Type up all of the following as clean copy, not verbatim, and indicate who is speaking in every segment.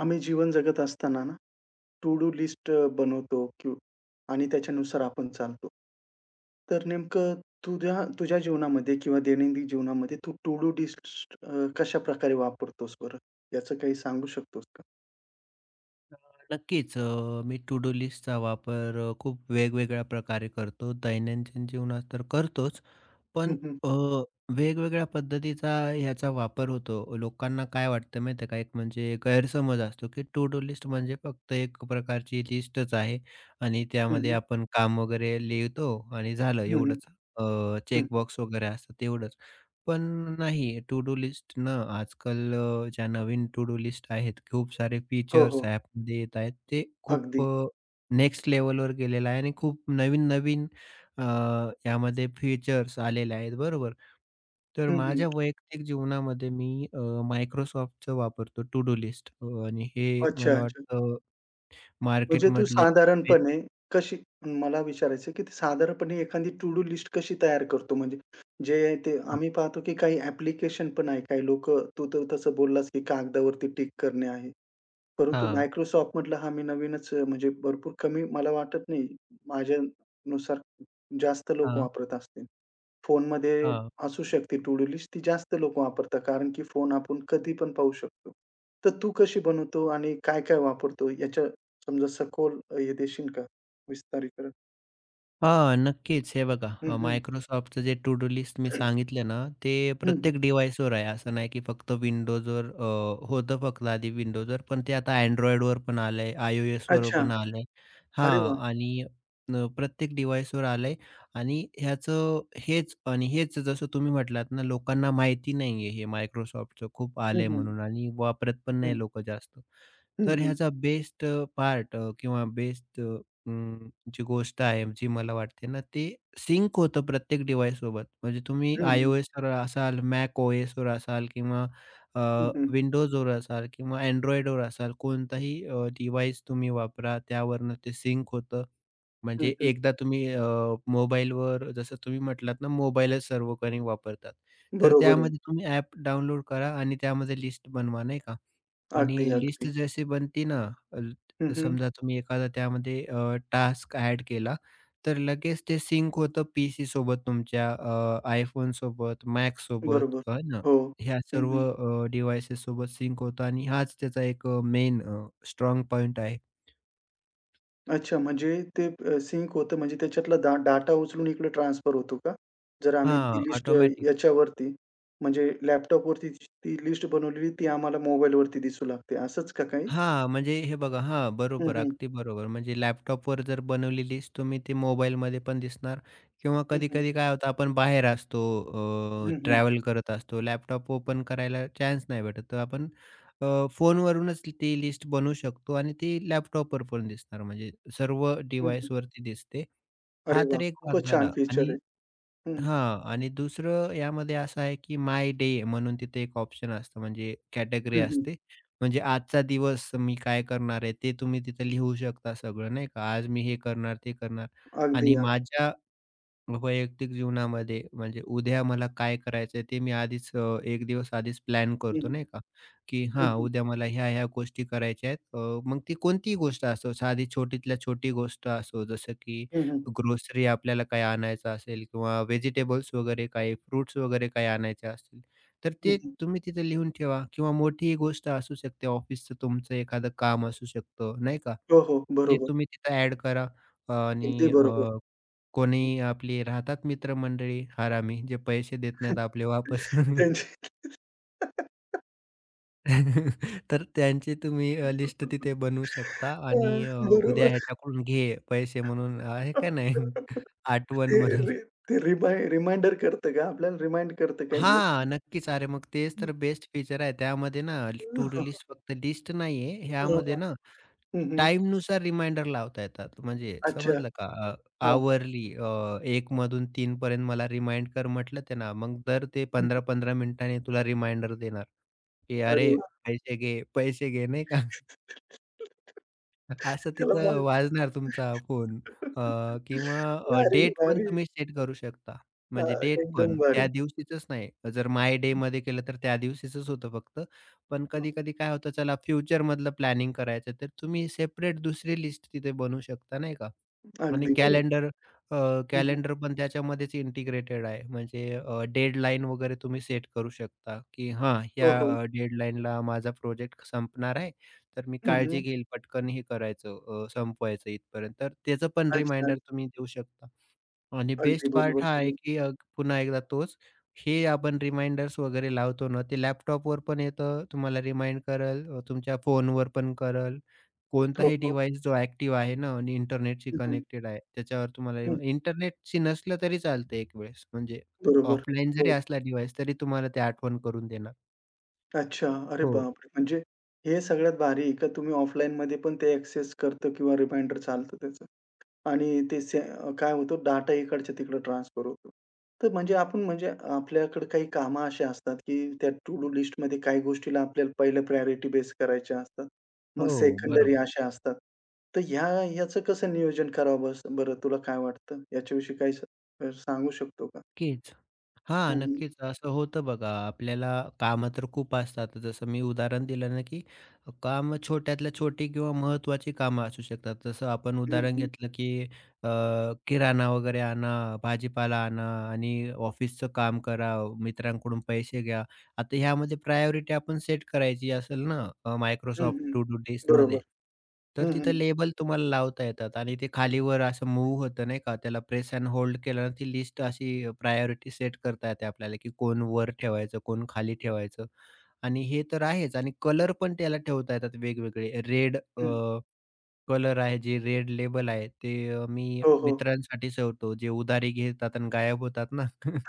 Speaker 1: आम्ही जीवन जगत असताना ना, टू डू लिस्ट बनवतो की आणि त्याच्यानुसार आपण चालतो. तर नेमकं तुझ्या तुझ्या जीवनामध्ये किंवा दैनंदिन जीवनामध्ये तू टू डू लिस्ट कशाप्रकारे वापरतोस बरं? याचं काही सांगू शकतोस का?
Speaker 2: अ, नक्कीच. मी टू डू लिस्टचा वापर खूप वेगवेगळ्या प्रकारे करतो. दैनंदिन जीवनात तर करतोच. पण
Speaker 1: हं, हं.
Speaker 2: अ, वेगवेगळ्या पद्धतीचा ह्याचा वापर होतो. लोकांना काय वाटतं माहिती आहे का, एक म्हणजे गैरसमज असतो, की टू डू लिस्ट म्हणजे फक्त एक प्रकारची लिस्टच आहे आणि
Speaker 1: हं,
Speaker 2: त्यामध्ये
Speaker 1: हं.
Speaker 2: आपण काम वगैरे लिहितो आणि झालं
Speaker 1: हं, हं.
Speaker 2: एवढंच. चेकबॉक्स वगैरे असतं तेवढंच. पण नाही, टू डू लिस्ट ना आजकाल ज्या नवीन टू डू लिस्ट आहेत, खूप सारे
Speaker 1: हो,
Speaker 2: फीचर्स
Speaker 1: हो.
Speaker 2: ॲपमध्ये येत आहेत. ते खूप
Speaker 1: अगदी.
Speaker 2: नेक्स्ट लेव्हलवर गेलेलं आहे आणि खूप नवीन-नवीन अ, यामध्ये फीचर्स आलेले आहेत बरोबर. तर
Speaker 1: हं, हं.
Speaker 2: माझ्या वैयक्तिक जीवनामध्ये मी Microsoftचं वापरतो टू डू लिस्ट, आणि हे
Speaker 1: अच्छा,
Speaker 2: मला
Speaker 1: अच्छा.
Speaker 2: वाटतं
Speaker 1: म्हणजे तू
Speaker 2: मार्केटमधले.
Speaker 1: साधारणपणे कशी मला विचारायचं आहे, की साधारणपणे एखादी टू डू लिस्ट कशी तयार करतो? म्हणजे जे ते
Speaker 2: हां,
Speaker 1: आम्ही पाहतो, की काही ॲप्लिकेशन पण आहे. काही लोकं तू तर तसं बोललास, की कागदावरती टिक करणे आहे. परंतु
Speaker 2: हां,
Speaker 1: Microsoft म्हटलं हा मी नवीनच म्हणजे भरपूर कमी मला वाटत नाही माझ्यानुसार जास्त लोक
Speaker 2: हां,
Speaker 1: वापरत असतील. फोनमध्ये
Speaker 2: हां.
Speaker 1: असू शकते टू डू लिस्ट ती जास्त लोक वापरतात कारण की फोन आपण कधी पण पाहू शकतो. तर तू कशी बनवतो आणि काय-काय वापरतो याच्या समजा सखोल हे देशील का विस्तारीकरण?
Speaker 2: हां, नक्कीच. हे बघा,
Speaker 1: हं, हं.
Speaker 2: Microsoftचं जे टू डू लिस्ट मी सांगितलं ना, ते
Speaker 1: हं, हं.
Speaker 2: प्रत्येक डिव्हाइसवर आहे. असं नाही की फक्त Windowsवर होतं फक्त आधी Windowsवर, पण ते आता Androidवर पण आलंय, iOSवर
Speaker 1: अच्छा.
Speaker 2: पण आलंय.
Speaker 1: अरे
Speaker 2: हां
Speaker 1: वाह!
Speaker 2: आणि प्रत्येक डिव्हाइसवर आलंय आणि ह्याचं हेच जसं तुम्ही म्हटलात ना, लोकांना माहिती नाहीये हे Microsoftचं खूप
Speaker 1: हं,
Speaker 2: आलंय
Speaker 1: हं.
Speaker 2: म्हणून आणि वापरत पण
Speaker 1: हं.
Speaker 2: नाही लोकं जास्त.
Speaker 1: हं,
Speaker 2: तर
Speaker 1: हं.
Speaker 2: ह्याचा बेस्ट पार्ट अ, किंवा बेस्ट अ, अं, जी गोष्ट आहे जी मला वाटते ना, ते सिंक होतं प्रत्येक डिव्हाइससोबत. म्हणजे तुम्ही
Speaker 1: हं, हं.
Speaker 2: iOSवर असाल, macOSवर असाल किंवा अ,
Speaker 1: हं, हं.
Speaker 2: Windowsवर असाल किंवा Androidवर असाल, कोणताही डिव्हाइस तुम्ही वापरा, त्यावरनं ते सिंक होतं.
Speaker 1: हं,
Speaker 2: म्हणजे
Speaker 1: हं.
Speaker 2: एकदा तुम्ही मोबाईलवर जसं तुम्ही म्हटलात ना, मोबाईलच सर्वकाही वापरतात. तर
Speaker 1: बरोबर आहे.
Speaker 2: त्यामध्ये तुम्ही ॲप डाउनलोड करा आणि त्यामध्ये लिस्ट बनवा, नाही का? आणि
Speaker 1: अगदी,
Speaker 2: लिस्ट
Speaker 1: अगदी.
Speaker 2: जशी बनती ना,
Speaker 1: हं, हं.
Speaker 2: समजा तुम्ही एखादा त्यामध्ये टास्क ॲड केला, तर लगेच ते सिंक होतं पीसीसोबत तुमच्या, iPhoneसोबत, सोबत
Speaker 1: बरोबर.
Speaker 2: आहे ना,
Speaker 1: हो.
Speaker 2: ह्या
Speaker 1: हं,
Speaker 2: सर्व
Speaker 1: हं.
Speaker 2: सोबत सिंक होतं आणि हाच त्याचा एक मेन पॉइंट आहे.
Speaker 1: अच्छा म्हणजे ते सिंक होतं म्हणजे त्याच्यातला डाटा उचलून इकडे ट्रान्सफर होतो का? जर आम्ही ती
Speaker 2: हां,
Speaker 1: लिस्ट
Speaker 2: ऑटोमॅटिक.
Speaker 1: याच्यावरती म्हणजे लॅपटॉपवरती ती ती लिस्ट बनवलेली ती आम्हाला मोबाईलवरती दिसू लागते असंच का काही?
Speaker 2: हां, म्हणजे हे बघा हां,
Speaker 1: हं,
Speaker 2: बरोबर,
Speaker 1: हं.
Speaker 2: अगदी बरोबर. म्हणजे लॅपटॉपवर जर बनवली लिस्ट तुम्ही ती मोबाईलमध्ये पण दिसणार किंवा
Speaker 1: हं, हं.
Speaker 2: कधी-कधी काय होतं आपण बाहेर असतो,
Speaker 1: हं, हं.
Speaker 2: ट्रॅव्हल करत असतो, लॅपटॉप ओपन करायला चान्स नाही भेटत. तर आपण फोनवरूनच ती लिस्ट बनवू शकतो आणि ती लॅपटॉपवर पण दिसणार, म्हणजे सर्व
Speaker 1: हं, हं.
Speaker 2: डिव्हाइसवरती दिसते. हा
Speaker 1: अरे
Speaker 2: तर
Speaker 1: वाह!
Speaker 2: एक भाग
Speaker 1: खूपच छान
Speaker 2: झाला
Speaker 1: फीचर
Speaker 2: आणि
Speaker 1: आहे. हं.
Speaker 2: हां. आणि दुसरं यामध्ये असं आहे, की माय डे म्हणून तिथे एक ऑप्शन असतं, म्हणजे कॅटेगरी
Speaker 1: हं, हं.
Speaker 2: असते. म्हणजे आजचा दिवस मी काय करणार आहे ते तुम्ही तिथे लिहू शकता सगळं नाही का. आज मी हे करणार, ते करणार
Speaker 1: अगदी,
Speaker 2: आणि
Speaker 1: अगदी.
Speaker 2: माझ्या वैयक्तिक जीवनामध्ये म्हणजे उद्या मला काय करायचंय ते मी आधीच 1 दिवस आधीच प्लॅन करतो
Speaker 1: हं.
Speaker 2: नाही का, की
Speaker 1: हं,
Speaker 2: हां,
Speaker 1: हं.
Speaker 2: उद्या मला ह्या-ह्या गोष्टी करायच्या आहेत. मग ती कोणतीही गोष्ट असो, साधी छोटीतल्या छोटी गोष्ट असो, जसं की
Speaker 1: हं, हं.
Speaker 2: ग्रोसरी आपल्याला काही आणायचं असेल किंवा व्हेजिटेबल्स वगैरे काही फ्रुट्स वगैरे काही आणायचे असतील, तर ते
Speaker 1: हं.
Speaker 2: तुम्ही तिथे लिहून ठेवा किंवा मोठीही गोष्ट असू शकते. ऑफिसचं तुमचं एखादं काम असू शकतं नाही का,
Speaker 1: हो, हो.
Speaker 2: ते
Speaker 1: बरोबर.
Speaker 2: तुम्ही तिथं ॲड करा
Speaker 1: अगदी
Speaker 2: आणि
Speaker 1: बरोबर.
Speaker 2: कोणी आपले राहतात मित्रमंडळी हरामी, जे पैसे देत नाहीत आपले वापस.
Speaker 1: त्यांची
Speaker 2: तर त्यांची तुम्ही लिस्ट तिथे बनवू शकता
Speaker 1: अ,
Speaker 2: आणि उद्या
Speaker 1: बरोबर.
Speaker 2: ह्याच्याकडून घे पैसे म्हणून आहे का नाही? आठवण
Speaker 1: ते
Speaker 2: म्हणून.
Speaker 1: रि ते रिमाइ रिमाइंडर करतं का? आपल्याला रिमाइंड करतं काही गोष्टी?
Speaker 2: हां, नक्कीच. अरे मग तेच
Speaker 1: हं,
Speaker 2: तर बेस्ट फीचर आहे. त्यामध्ये ना
Speaker 1: हां,
Speaker 2: टू डू
Speaker 1: हां.
Speaker 2: लिस्ट फक्त लिस्ट नाहीये.
Speaker 1: हां,
Speaker 2: ह्यामध्ये ना
Speaker 1: हं, हं.
Speaker 2: टाईमनुसार रिमाइंडर लावता येतात. म्हणजे
Speaker 1: अच्छा.
Speaker 2: समजलं का, अ,
Speaker 1: हां, हां.
Speaker 2: आवरली एक 1 मधून 3 पर्यंत मला रिमाइंड कर म्हटलं ते ना मग दर ते
Speaker 1: हं, हं.
Speaker 2: 15-15 मिनिटांनी तुला रिमाइंडर देणार, की
Speaker 1: अरे
Speaker 2: "अरे
Speaker 1: वाह!
Speaker 2: पैसे घे, पैसे घे." नाही का? असं
Speaker 1: त्याला
Speaker 2: तिथं
Speaker 1: मग
Speaker 2: वाजणार तुमचा फोन अ, किंवा
Speaker 1: भारी,
Speaker 2: डेट पण
Speaker 1: भारी.
Speaker 2: तुम्ही सेट करू शकता.
Speaker 1: हां,
Speaker 2: म्हणजे डेट
Speaker 1: एकदम
Speaker 2: पण त्या
Speaker 1: भारी.
Speaker 2: दिवशीचंच नाही. जर माय
Speaker 1: हं,
Speaker 2: डेमध्ये केलं तर त्या दिवशीचंच होतं फक्त. पण
Speaker 1: हं.
Speaker 2: कधी-कधी काय होतं चला फ्युचरमधलं प्लॅनिंग करायचं तर तुम्ही सेपरेट दुसरी लिस्ट तिथे बनवू शकता नाही का? आणि
Speaker 1: अगदी बरोबर.
Speaker 2: कॅलेंडर
Speaker 1: हं, हं.
Speaker 2: कॅलेंडर पण त्याच्यामध्येच इंटिग्रेटेड आहे. म्हणजे डेडलाईन वगैरे तुम्ही सेट करू शकता, की हां,
Speaker 1: हो,
Speaker 2: ह्या
Speaker 1: हो.
Speaker 2: डेडलाईनला माझा प्रोजेक्ट संपणार आहे. तर मी
Speaker 1: हं,
Speaker 2: काळजी
Speaker 1: हं.
Speaker 2: घेईल, पटकन हे करायचं, संपवायचं इथपर्यंत. तर त्याचं पण
Speaker 1: अच्छा.
Speaker 2: रिमाइंडर तुम्ही देऊ शकता. आणि
Speaker 1: अगदी
Speaker 2: बेस्ट पार्ट
Speaker 1: बरोबर
Speaker 2: हा आहे,
Speaker 1: बोललात.
Speaker 2: की पुन्हा एकदा तोच, हे आपण रिमाइंडर्स वगैरे लावतो ना, ते लॅपटॉपवर पण येतं, तुम्हाला रिमाइंड करेल, तुमच्या फोनवर पण करेल.
Speaker 1: हो,
Speaker 2: कोणताही
Speaker 1: हो.
Speaker 2: डिव्हाइस जो ॲक्टिव्ह आहे ना आणि इंटरनेटशी
Speaker 1: हं, हं.
Speaker 2: कनेक्टेड आहे, त्याच्यावर तुम्हाला रिमा
Speaker 1: हं.
Speaker 2: इंटरनेटशी नसलं तरी चालतं एक वेळेस, म्हणजे
Speaker 1: बरोबर.
Speaker 2: ऑफलाईन
Speaker 1: हो.
Speaker 2: जरी असला डिव्हाइस, तरी तुम्हाला ते आठवण करून देणार.
Speaker 1: अच्छा. अरे
Speaker 2: हो,
Speaker 1: बापरे! म्हणजे हे सगळ्यात भारी आहे का तुम्ही ऑफलाईनमध्ये पण ते ॲक्सेस करतं किंवा रिमाइंडर चालतं त्याचं आणि ते काय होतं डाटा इकडच्या तिकडं ट्रान्सफर होतो. तर म्हणजे आपण म्हणजे आपल्याकडे काही कामं अशी असतात, की त्या टू डू लिस्टमध्ये काही गोष्टीला आपल्याला पहिलं प्रायोरिटी बेस करायच्या असतात. मग
Speaker 2: हो,
Speaker 1: सेकंडरी
Speaker 2: बरोबर.
Speaker 1: अशा असतात. तर ह्याचं कसं नियोजन करावं बरं तुला काय वाटतं? याच्याविषयी काही सांगू शकतो का?
Speaker 2: नक्कीच. हां,
Speaker 1: हं, हं.
Speaker 2: नक्कीच. असं होतं बघा. आपल्याला कामं तर खूप असतात. जसं मी उदाहरण दिलं ना, की कामं छोट्यातल्या छोटी किंवा महत्त्वाची कामं असू शकतात. जसं आपण
Speaker 1: हं,
Speaker 2: उदाहरण
Speaker 1: हं.
Speaker 2: घेतलं, की अ, किराणा वगैरे आणा, भाजीपाला आणा आणि ऑफिसचं काम करा, मित्रांकडून पैसे घ्या. आता ह्यामध्ये प्रायोरिटी आपण सेट करायची असेल ना
Speaker 1: हं,
Speaker 2: Microsoft टू डू
Speaker 1: बरोबर.
Speaker 2: लिस्टमध्ये, तर
Speaker 1: हं, हं.
Speaker 2: तिथं लेबल तुम्हाला लावता येतात आणि ते खालीवर असं मूव्ह होतं नाही का, त्याला प्रेस एंड होल्ड केलं ना ती लिस्ट अशी प्रायोरिटी सेट करता येते आपल्याला, की कोण वर ठेवायचं, कोण खाली ठेवायचं आणि हे तर आहेच आणि कलर पण त्याला ठेवता येतात वेगवेगळे. रेड
Speaker 1: हं.
Speaker 2: कलर आहे जे रेड लेबल आहे ते मी
Speaker 1: हो, हो.
Speaker 2: मित्रांसाठी ठेवतो, जे उधारी घेतात आणि गायब होतात ना.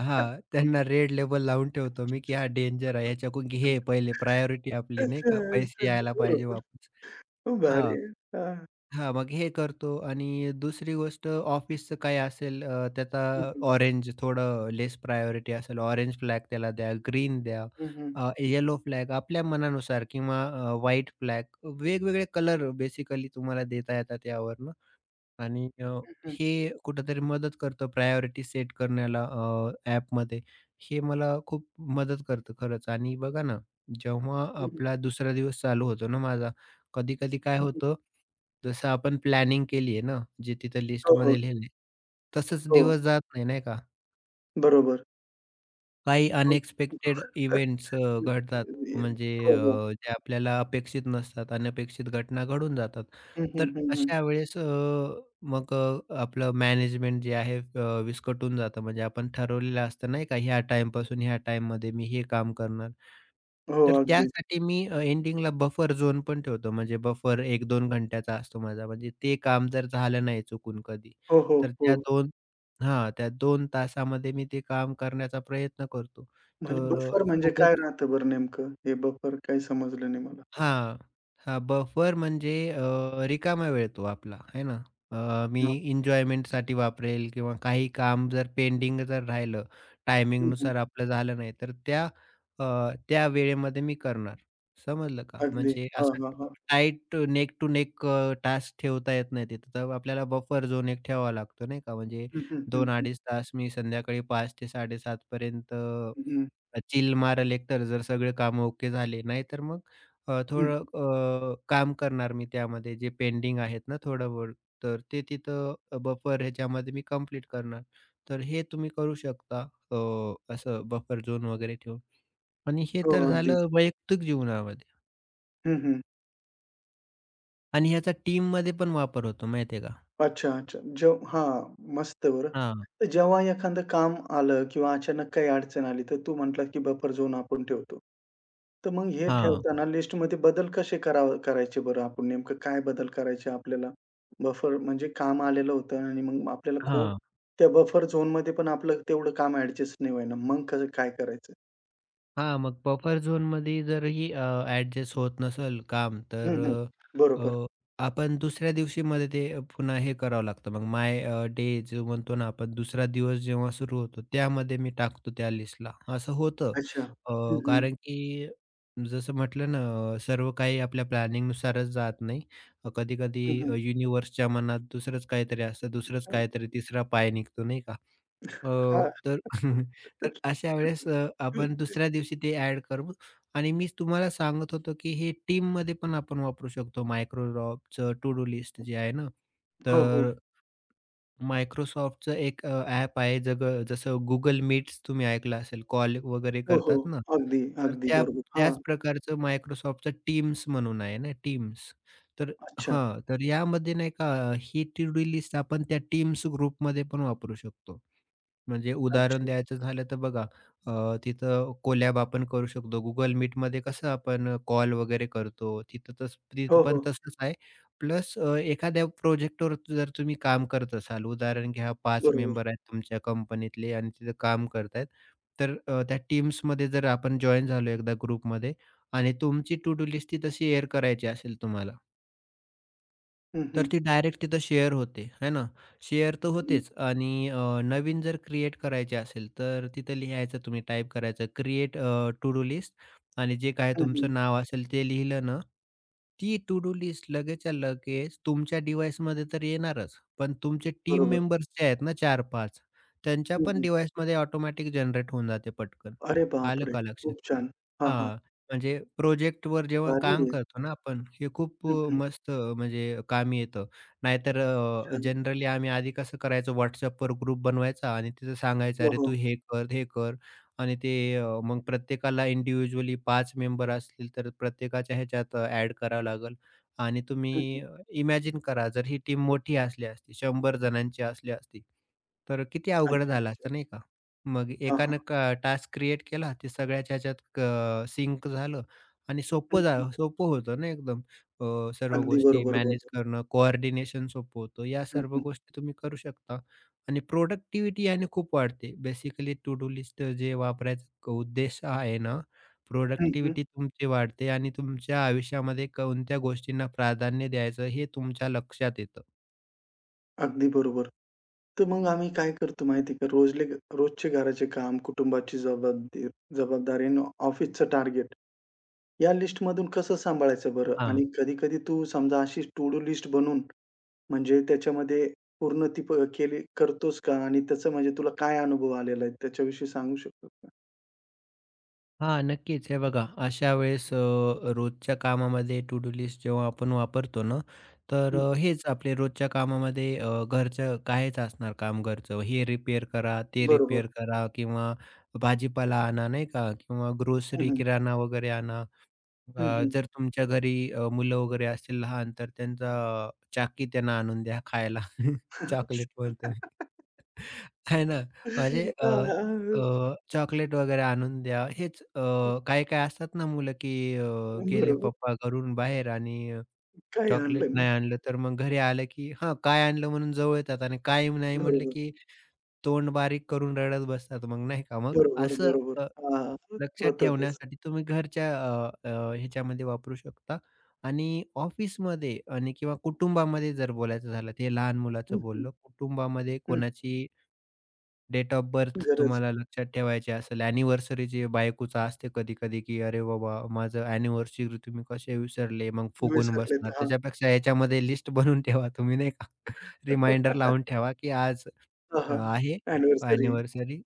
Speaker 2: हां, त्यांना रेड लेबल लावून ठेवतो मी, की हा डेंजर आहे. ह्याच्याकडून घे पहिले, प्रायोरिटी आपली नाही
Speaker 1: अच्छा,
Speaker 2: का,
Speaker 1: अच्छा.
Speaker 2: पैसे यायला पाहिजे
Speaker 1: बरोबर.
Speaker 2: वापस.
Speaker 1: खूप
Speaker 2: हां,
Speaker 1: भारी आहे. हां.
Speaker 2: हां, मग हे करतो आणि दुसरी गोष्ट ऑफिसचं काही असेल, त्याचा
Speaker 1: हं, हं.
Speaker 2: ऑरेंज थोडं लेस प्रायोरिटी असेल, ऑरेंज फ्लॅग त्याला द्या, ग्रीन द्या,
Speaker 1: हं, हं.
Speaker 2: येलो फ्लॅग आपल्या मनानुसार किंवा व्हाईट फ्लॅग वेगवेगळे कलर बेसिकली तुम्हाला देता येतात यावरनं. आणि
Speaker 1: हं, हं.
Speaker 2: हे कुठेतरी मदत करतं प्रायोरिटी सेट करण्याला ॲपमध्ये. हे मला खूप मदत करतं खरंच आणि बघा ना, जेव्हा
Speaker 1: हं, हं.
Speaker 2: आपला दुसरा दिवस चालू होतो ना माझा, कधी-कधी काय
Speaker 1: हं, हं.
Speaker 2: होतं, जसं आपण प्लॅनिंग केली आहे ना, जे तिथं
Speaker 1: हो, हो.
Speaker 2: लिस्टमध्ये लिहिलंय, तसंच
Speaker 1: हो.
Speaker 2: दिवस जात नाही, नाही का?
Speaker 1: बरोबर.
Speaker 2: काही
Speaker 1: हो.
Speaker 2: अनएक्सपेक्टेड
Speaker 1: अ,
Speaker 2: इव्हेंट्स घडतात. म्हणजे
Speaker 1: हो, हो.
Speaker 2: जे आपल्याला अपेक्षित नसतात, अनपेक्षित घटना घडून जातात.
Speaker 1: हं, हं.
Speaker 2: तर
Speaker 1: हं, हं.
Speaker 2: अशा वेळेस, आपलं मॅनेजमेंट जे आहे विस्कटून जातं. म्हणजे आपण ठरवलेलं असतं नाही का, ह्या टाईमपासून ह्या टाईममध्ये मी हे काम करणार.
Speaker 1: हो,
Speaker 2: तर
Speaker 1: अगदीच.
Speaker 2: त्यासाठी मी एंडिंगला बफर झोन पण ठेवतो. म्हणजे बफर एक दोन घंट्याचा असतो माझा. म्हणजे ते काम जर झालं नाही चुकून कधी,
Speaker 1: हो, हो,
Speaker 2: तर
Speaker 1: हो.
Speaker 2: त्या 2 तासामध्ये मी ते काम करण्याचा प्रयत्न करतो.
Speaker 1: म्हणजे
Speaker 2: तर अ,
Speaker 1: बफर म्हणजे
Speaker 2: खूपच
Speaker 1: काय राहतं बरं नेमकं? हे बफर काही समजलं नाही मला.
Speaker 2: हां, हां. बफर म्हणजे रिकामा वेळ तो आपला, आहे ना? मी
Speaker 1: हां.
Speaker 2: एन्जॉयमेंटसाठी वापरेल किंवा काही काम जर पेंडिंग जर राहिलं,
Speaker 1: हं, हं.
Speaker 2: टायमिंगनुसार आपलं झालं नाही, तर त्या, अ, त्या वेळेमध्ये मी करणार. समजलं का?
Speaker 1: अगदी.
Speaker 2: म्हणजे
Speaker 1: हां,
Speaker 2: असं
Speaker 1: हां, हां.
Speaker 2: Tight neck to neck task ठेवता येत नाही तिथं. तर आपल्याला बफर झोन एक ठेवावा लागतो, नाही का? म्हणजे
Speaker 1: हं, हं. हं, हं.
Speaker 2: 2-2.5 तास मी संध्याकाळी 5 ते 7:30 पर्यंत
Speaker 1: हं, हं.
Speaker 2: चिल मारेल एकतर जर सगळे काम ओके झाले. नाहीतर मग
Speaker 1: हं.
Speaker 2: थोडं काम करणार मी त्यामध्ये जे पेंडिंग आहेत ना थोडं बहुत, तर ते तिथं बफर ह्याच्यामध्ये मी कंप्लीट करणार. तर हे तुम्ही करू शकता अ, असं बफर झोन वगैरे ठेवून. आणि हे
Speaker 1: हो,
Speaker 2: तर
Speaker 1: अगदीच.
Speaker 2: झालं वैयक्तिक जीवनामध्ये
Speaker 1: हं, हं.
Speaker 2: आणि ह्याचा टीममध्ये पण वापर होतो माहिती का?
Speaker 1: अच्छा, अच्छा. हां, मस्त बरं.
Speaker 2: हां,
Speaker 1: तर जेव्हा एखादं काम आलं किंवा अचानक काही अडचण आली, तर तू म्हटला की बफर झोन आपण ठेवतो. तर मग हे
Speaker 2: हां,
Speaker 1: ठेवताना लिस्टमध्ये बदल कसे करायचे बरं आपण? नेमकं काय बदल करायचे आपल्याला? बफर म्हणजे काम आलेलं होतं आणि मग आपल्याला खूप
Speaker 2: हां.
Speaker 1: त्या बफर झोनमध्ये पण आपलं तेवढं काम ॲडजस्ट नाही होईना. मग कसं काय करायचं?
Speaker 2: हां, मग बफर झोनमध्ये जरही ॲडजस्ट होत नसेल काम,
Speaker 1: हं,
Speaker 2: तर
Speaker 1: हं.
Speaker 2: अ,
Speaker 1: बरोबर.
Speaker 2: अ, आपण दुसऱ्या दिवशी मध्ये ते पुन्हा हे करावं लागतं. मग माय डे जो म्हणतो ना आपण, दुसरा दिवस जेव्हा सुरू होतो, त्यामध्ये मी टाकतो त्या लिस्टला. असं होतं.
Speaker 1: अच्छा. हं, हं.
Speaker 2: कारण की जसं म्हटलं ना, सर्व काही आपल्या प्लॅनिंगनुसारच जात नाही. कधी-कधी
Speaker 1: हं, हं.
Speaker 2: युनिव्हर्सच्या मनात दुसरंच काहीतरी असतं, दुसरंच काहीतरी तिसरा पाय निघतो, नाही का? अ,
Speaker 1: हां.
Speaker 2: तर तर अशा वेळेस आपण दुसऱ्या दिवशी ते ॲड करू आणि मी तुम्हाला सांगत होतो, की हे टीममध्ये पण आपण वापरू शकतो Microsoftचं टू डू लिस्ट जे आहे ना,
Speaker 1: हो, हो.
Speaker 2: तर Microsoftचं एक ॲप आहे जग जसं Google मीट्स तुम्ही ऐकलं असेल, कॉल वगैरे
Speaker 1: हो, हो.
Speaker 2: करतात ना,
Speaker 1: अगदी,
Speaker 2: तर
Speaker 1: अगदी बरोबर. हां.
Speaker 2: त्याच प्रकारचं Microsoftचं Teams म्हणून आहे ना, Teams. तर
Speaker 1: अच्छा,
Speaker 2: हां, तर यामध्ये नाही का ही टू डू लिस्ट आपण त्या Teams ग्रुपमध्ये पण वापरू शकतो. म्हणजे उदाहरण
Speaker 1: अच्छा.
Speaker 2: द्यायचं झालं तर बघा, तिथं कोलॅब आपण करू शकतो. Google Meetमध्ये कसं आपण कॉल वगैरे करतो,
Speaker 1: हो,
Speaker 2: तिथं पण
Speaker 1: हो.
Speaker 2: तसंच आहे. प्लस एखाद्या प्रोजेक्टवर जर तुम्ही काम करत असाल, उदाहरण घ्या 5
Speaker 1: बरोबर.
Speaker 2: मेंबर आहेत तुमच्या कंपनीतले आणि तिथं काम करतायत. तर त्या टीम्समध्ये जर आपण जॉइन झालो एकदा ग्रुपमध्ये आणि तुमची टू डू लिस्ट ती तशी शेअर करायची असेल तुम्हाला,
Speaker 1: हं,
Speaker 2: तर
Speaker 1: हं.
Speaker 2: ती डायरेक्ट तिथं शेअर होते, आहे ना? शेअर तर
Speaker 1: हं, हं.
Speaker 2: होतेच आणि नवीन जर क्रिएट करायची असेल, तर तिथं लिहायचं तुम्ही टाइप करायचं क्रिएट टू डू लिस्ट आणि जे काय
Speaker 1: हं, हं.
Speaker 2: तुमचं नाव असेल ते लिहिलं ना, ती टू डू लिस्ट लगेचच्या लगेच तुमच्या डिव्हाइसमध्ये तर येणारच, पण तुमचे टीम
Speaker 1: बरोबर.
Speaker 2: मेंबर्स जे आहेत ना 4-5, त्यांच्या
Speaker 1: हं,
Speaker 2: पण
Speaker 1: हं.
Speaker 2: डिव्हाइसमध्ये ऑटोमॅटिक जनरेट होऊन जाते पटकन.
Speaker 1: अरे
Speaker 2: आलं
Speaker 1: बापरे!
Speaker 2: का लक्षात?
Speaker 1: खूप छान. हां, हां.
Speaker 2: हां, म्हणजे प्रोजेक्टवर जेव्हा
Speaker 1: भारी
Speaker 2: काम
Speaker 1: आहे.
Speaker 2: करतो ना आपण, हे खूप
Speaker 1: हं, हं.
Speaker 2: मस्त म्हणजे कामी येतं. नाहीतर
Speaker 1: अच्छा.
Speaker 2: जनरली आम्ही आधी कसं करायचो WhatsAppवर ग्रुप बनवायचा आणि तिथं सांगायचं,
Speaker 1: हो,
Speaker 2: "अरे,
Speaker 1: हो.
Speaker 2: तू हे कर, हे कर." आणि ते मग प्रत्येकाला इंडिव्हिज्युअली 5 मेंबर असतील, तर प्रत्येकाच्या ह्याच्यात ॲड करावं लागेल. आणि
Speaker 1: हं, हं.
Speaker 2: तुम्ही इमॅजिन करा, जर ही टीम मोठी असली असती, 100 जणांची असली असती, तर किती अवघड
Speaker 1: अच्छा,
Speaker 2: झालं
Speaker 1: अच्छा.
Speaker 2: असतं, नाही का? मग
Speaker 1: हां, हां.
Speaker 2: एकानं टास्क क्रिएट केला, ते सगळ्याच्या ह्याच्यात सिंक झालं आणि
Speaker 1: हं,
Speaker 2: सोपं
Speaker 1: हं.
Speaker 2: झालं, सोपं होतं ना एकदम. सर्व
Speaker 1: अगदी
Speaker 2: गोष्टी
Speaker 1: बरोबर
Speaker 2: मॅनेज
Speaker 1: बोललात.
Speaker 2: करणं, कोऑर्डिनेशन सोपं होतं. या
Speaker 1: हं,
Speaker 2: सर्व
Speaker 1: हं.
Speaker 2: गोष्टी तुम्ही करू शकता आणि प्रोडक्टिव्हिटी याने खूप वाढते. बेसिकली टू डू लिस्ट जे वापरायचा क- उद्देश आहे ना,
Speaker 1: हं, हं.
Speaker 2: प्रोडक्टिव्हिटी तुमची वाढते आणि तुमच्या आयुष्यामध्ये कोणत्या गोष्टींना प्राधान्य द्यायचं हे तुमच्या लक्षात येतं.
Speaker 1: अगदी बरोबर. तर मग आम्ही काय करतो माहिती आहे का रोजचे घराचे काम, कुटुंबाची जबाबदारी जबाबदारी आणि ऑफिसचं टार्गेट या लिस्टमधून कसं सांभाळायचं बरं? आणि कधी-कधी तू समजा अशी टू डू लिस्ट बनवून म्हणजे त्याच्यामध्ये पूर्ण ती केली करतोस का? आणि त्याचा म्हणजे तुला काय अनुभव आलेला आहे त्याच्याविषयी सांगू शकतो का?
Speaker 2: हां, नक्कीच. हे बघा, अशा वेळेस रोजच्या कामामध्ये टू डू लिस्ट जेव्हा आपण वापरतो ना, तर
Speaker 1: हं.
Speaker 2: हेच आपले रोजच्या कामामध्ये घरचं कायच असणार काम घरचं. हे रिपेअर करा, ते
Speaker 1: बरोबर.
Speaker 2: रिपेअर करा किंवा भाजीपाला आणा, नाही का? किंवा
Speaker 1: हं,
Speaker 2: ग्रोसरी,
Speaker 1: हं.
Speaker 2: किराणा वगैरे आणा.
Speaker 1: हं, हं.
Speaker 2: जर तुमच्या घरी मुलं वगैरे असतील लहान, तर त्यांचा चाकी त्यांना आणून द्या खायला. चॉकलेट म्हणतोय मी. आहे ना. म्हणजे
Speaker 1: अ,
Speaker 2: अ, अ, चॉकलेट वगैरे आणून द्या. हेच काही-काही असतात ना मुलं, की अ, गेले
Speaker 1: बरोबर.
Speaker 2: पप्पा घरून बाहेर आणि
Speaker 1: काही
Speaker 2: चॉकलेट
Speaker 1: आणलं नाही.
Speaker 2: नाही आणलं, तर मग घरी आलं की हां, काय आणलं म्हणून जवळ येतात आणि काय नाही म्हणलं
Speaker 1: बरोबर,
Speaker 2: की तोंड बारीक करून रडत बसतात मग नाही का. मग
Speaker 1: बरोबर,
Speaker 2: असं
Speaker 1: बरोबर.
Speaker 2: अ,
Speaker 1: हां, हां.
Speaker 2: लक्षात
Speaker 1: तसं.
Speaker 2: ठेवण्यासाठी तुम्ही घरच्या अ, अ, ह्याच्यामध्ये वापरू शकता आणि ऑफिसमध्ये आणि किंवा कुटुंबामध्ये जर बोलायचं झालं, ते लहान
Speaker 1: हं,
Speaker 2: मुलाचं
Speaker 1: हं.
Speaker 2: बोललो. कुटुंबामध्ये
Speaker 1: हं.
Speaker 2: कोणाची डेट ऑफ बर्थ
Speaker 1: गरज
Speaker 2: तुम्हाला हं. लक्षात ठेवायची असेल, अॅनिव्हर्सरी जी बायकोचं असते कधी-कधी, की "अरे बाबा, माझं अॅनिव्हर्सरी तुम्ही कसे विसरले?" मग फुगून
Speaker 1: विसरलेत.
Speaker 2: बसणार.
Speaker 1: हां.
Speaker 2: त्याच्यापेक्षा ह्याच्यामध्ये लिस्ट बनवून ठेवा तुम्ही नाही का,
Speaker 1: हां,
Speaker 2: रिमाइंडर लावून ठेवा, की आज आहे
Speaker 1: अॅनिव्हर्सरी.
Speaker 2: अॅनिव्हर्सरी.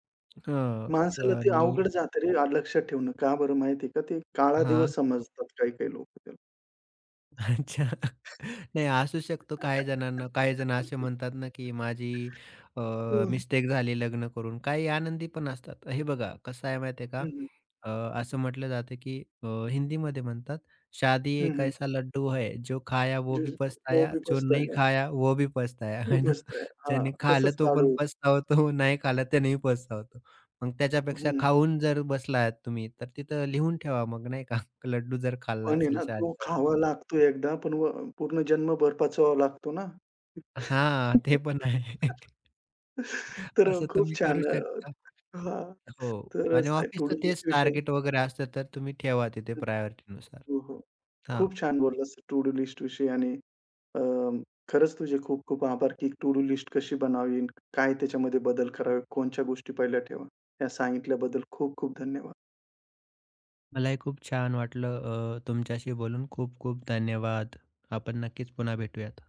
Speaker 2: हं,
Speaker 1: माणसाला ते
Speaker 2: आणि
Speaker 1: अवघड जातं रे लक्षात ठेवणं. का बरं माहिती आहे का? ते काळा
Speaker 2: हां.
Speaker 1: दिवस समजतात काही-काही लोकं त्याला.
Speaker 2: अच्छा. नाही असू शकतो काही जणांना. काही जण असे म्हणतात ना, की माझी
Speaker 1: हं,
Speaker 2: मिस्टेक झाली लग्न करून. काही आनंदी पण असतात. हे बघा कसं आहे माहिती आहे का?
Speaker 1: हं, हं.
Speaker 2: अ, असं म्हटलं जातं, की हिंदीमध्ये म्हणतात, "शादी एक
Speaker 1: हं,
Speaker 2: ऐसा लड्डू है, जो खाया वो भी
Speaker 1: वो
Speaker 2: पछताया,
Speaker 1: भी
Speaker 2: जो
Speaker 1: पछता
Speaker 2: नहीं
Speaker 1: है,
Speaker 2: खाया वो भी पछताया."
Speaker 1: वो भी
Speaker 2: है ना?
Speaker 1: पछता है. हां,
Speaker 2: ज्याने खाल्लं
Speaker 1: तसंच
Speaker 2: तो पण
Speaker 1: लाडू.
Speaker 2: पछतावतो, नाही खाल्लं त्यानेही पछतावतो. मग त्याच्यापेक्षा
Speaker 1: हं.
Speaker 2: खाऊन जर बसलात तुम्ही, तर तिथं लिहून ठेवा मग नाही का? लड्डू जर खाल्ला
Speaker 1: पण आहे
Speaker 2: असेल
Speaker 1: ना तो
Speaker 2: शादीचा तर.
Speaker 1: खावा लागतो एकदा, पण पूर्ण जन्मभर पचवावा लागतो ना.
Speaker 2: हां, ते पण आहे.
Speaker 1: तर
Speaker 2: असं
Speaker 1: खूप
Speaker 2: तुम्ही
Speaker 1: छान.
Speaker 2: करू शकता.
Speaker 1: हां,
Speaker 2: हो
Speaker 1: तर
Speaker 2: आणि
Speaker 1: असं टू
Speaker 2: ऑफिसचं
Speaker 1: डू
Speaker 2: तेच
Speaker 1: लिस्ट विषयी.
Speaker 2: टार्गेट वगैरे असतं, तर तुम्ही ठेवा तिथे प्रायोरिटीनुसार.
Speaker 1: हो, हो.
Speaker 2: हां,
Speaker 1: खूप छान बोललास टू डू लिस्ट विषयी आणि अ, खरंच तुझे खूप खूप आभार, की टू डू लिस्ट कशी बनावी? काय त्याच्यामध्ये बदल करावे? कोणत्या गोष्टी पहिल्या ठेवा? या सांगितल्याबद्दल खूप खूप धन्यवाद.
Speaker 2: मलाही खूप छान वाटलं तुमच्याशी बोलून. खूप खूप धन्यवाद. आपण नक्कीच पुन्हा भेटूयात.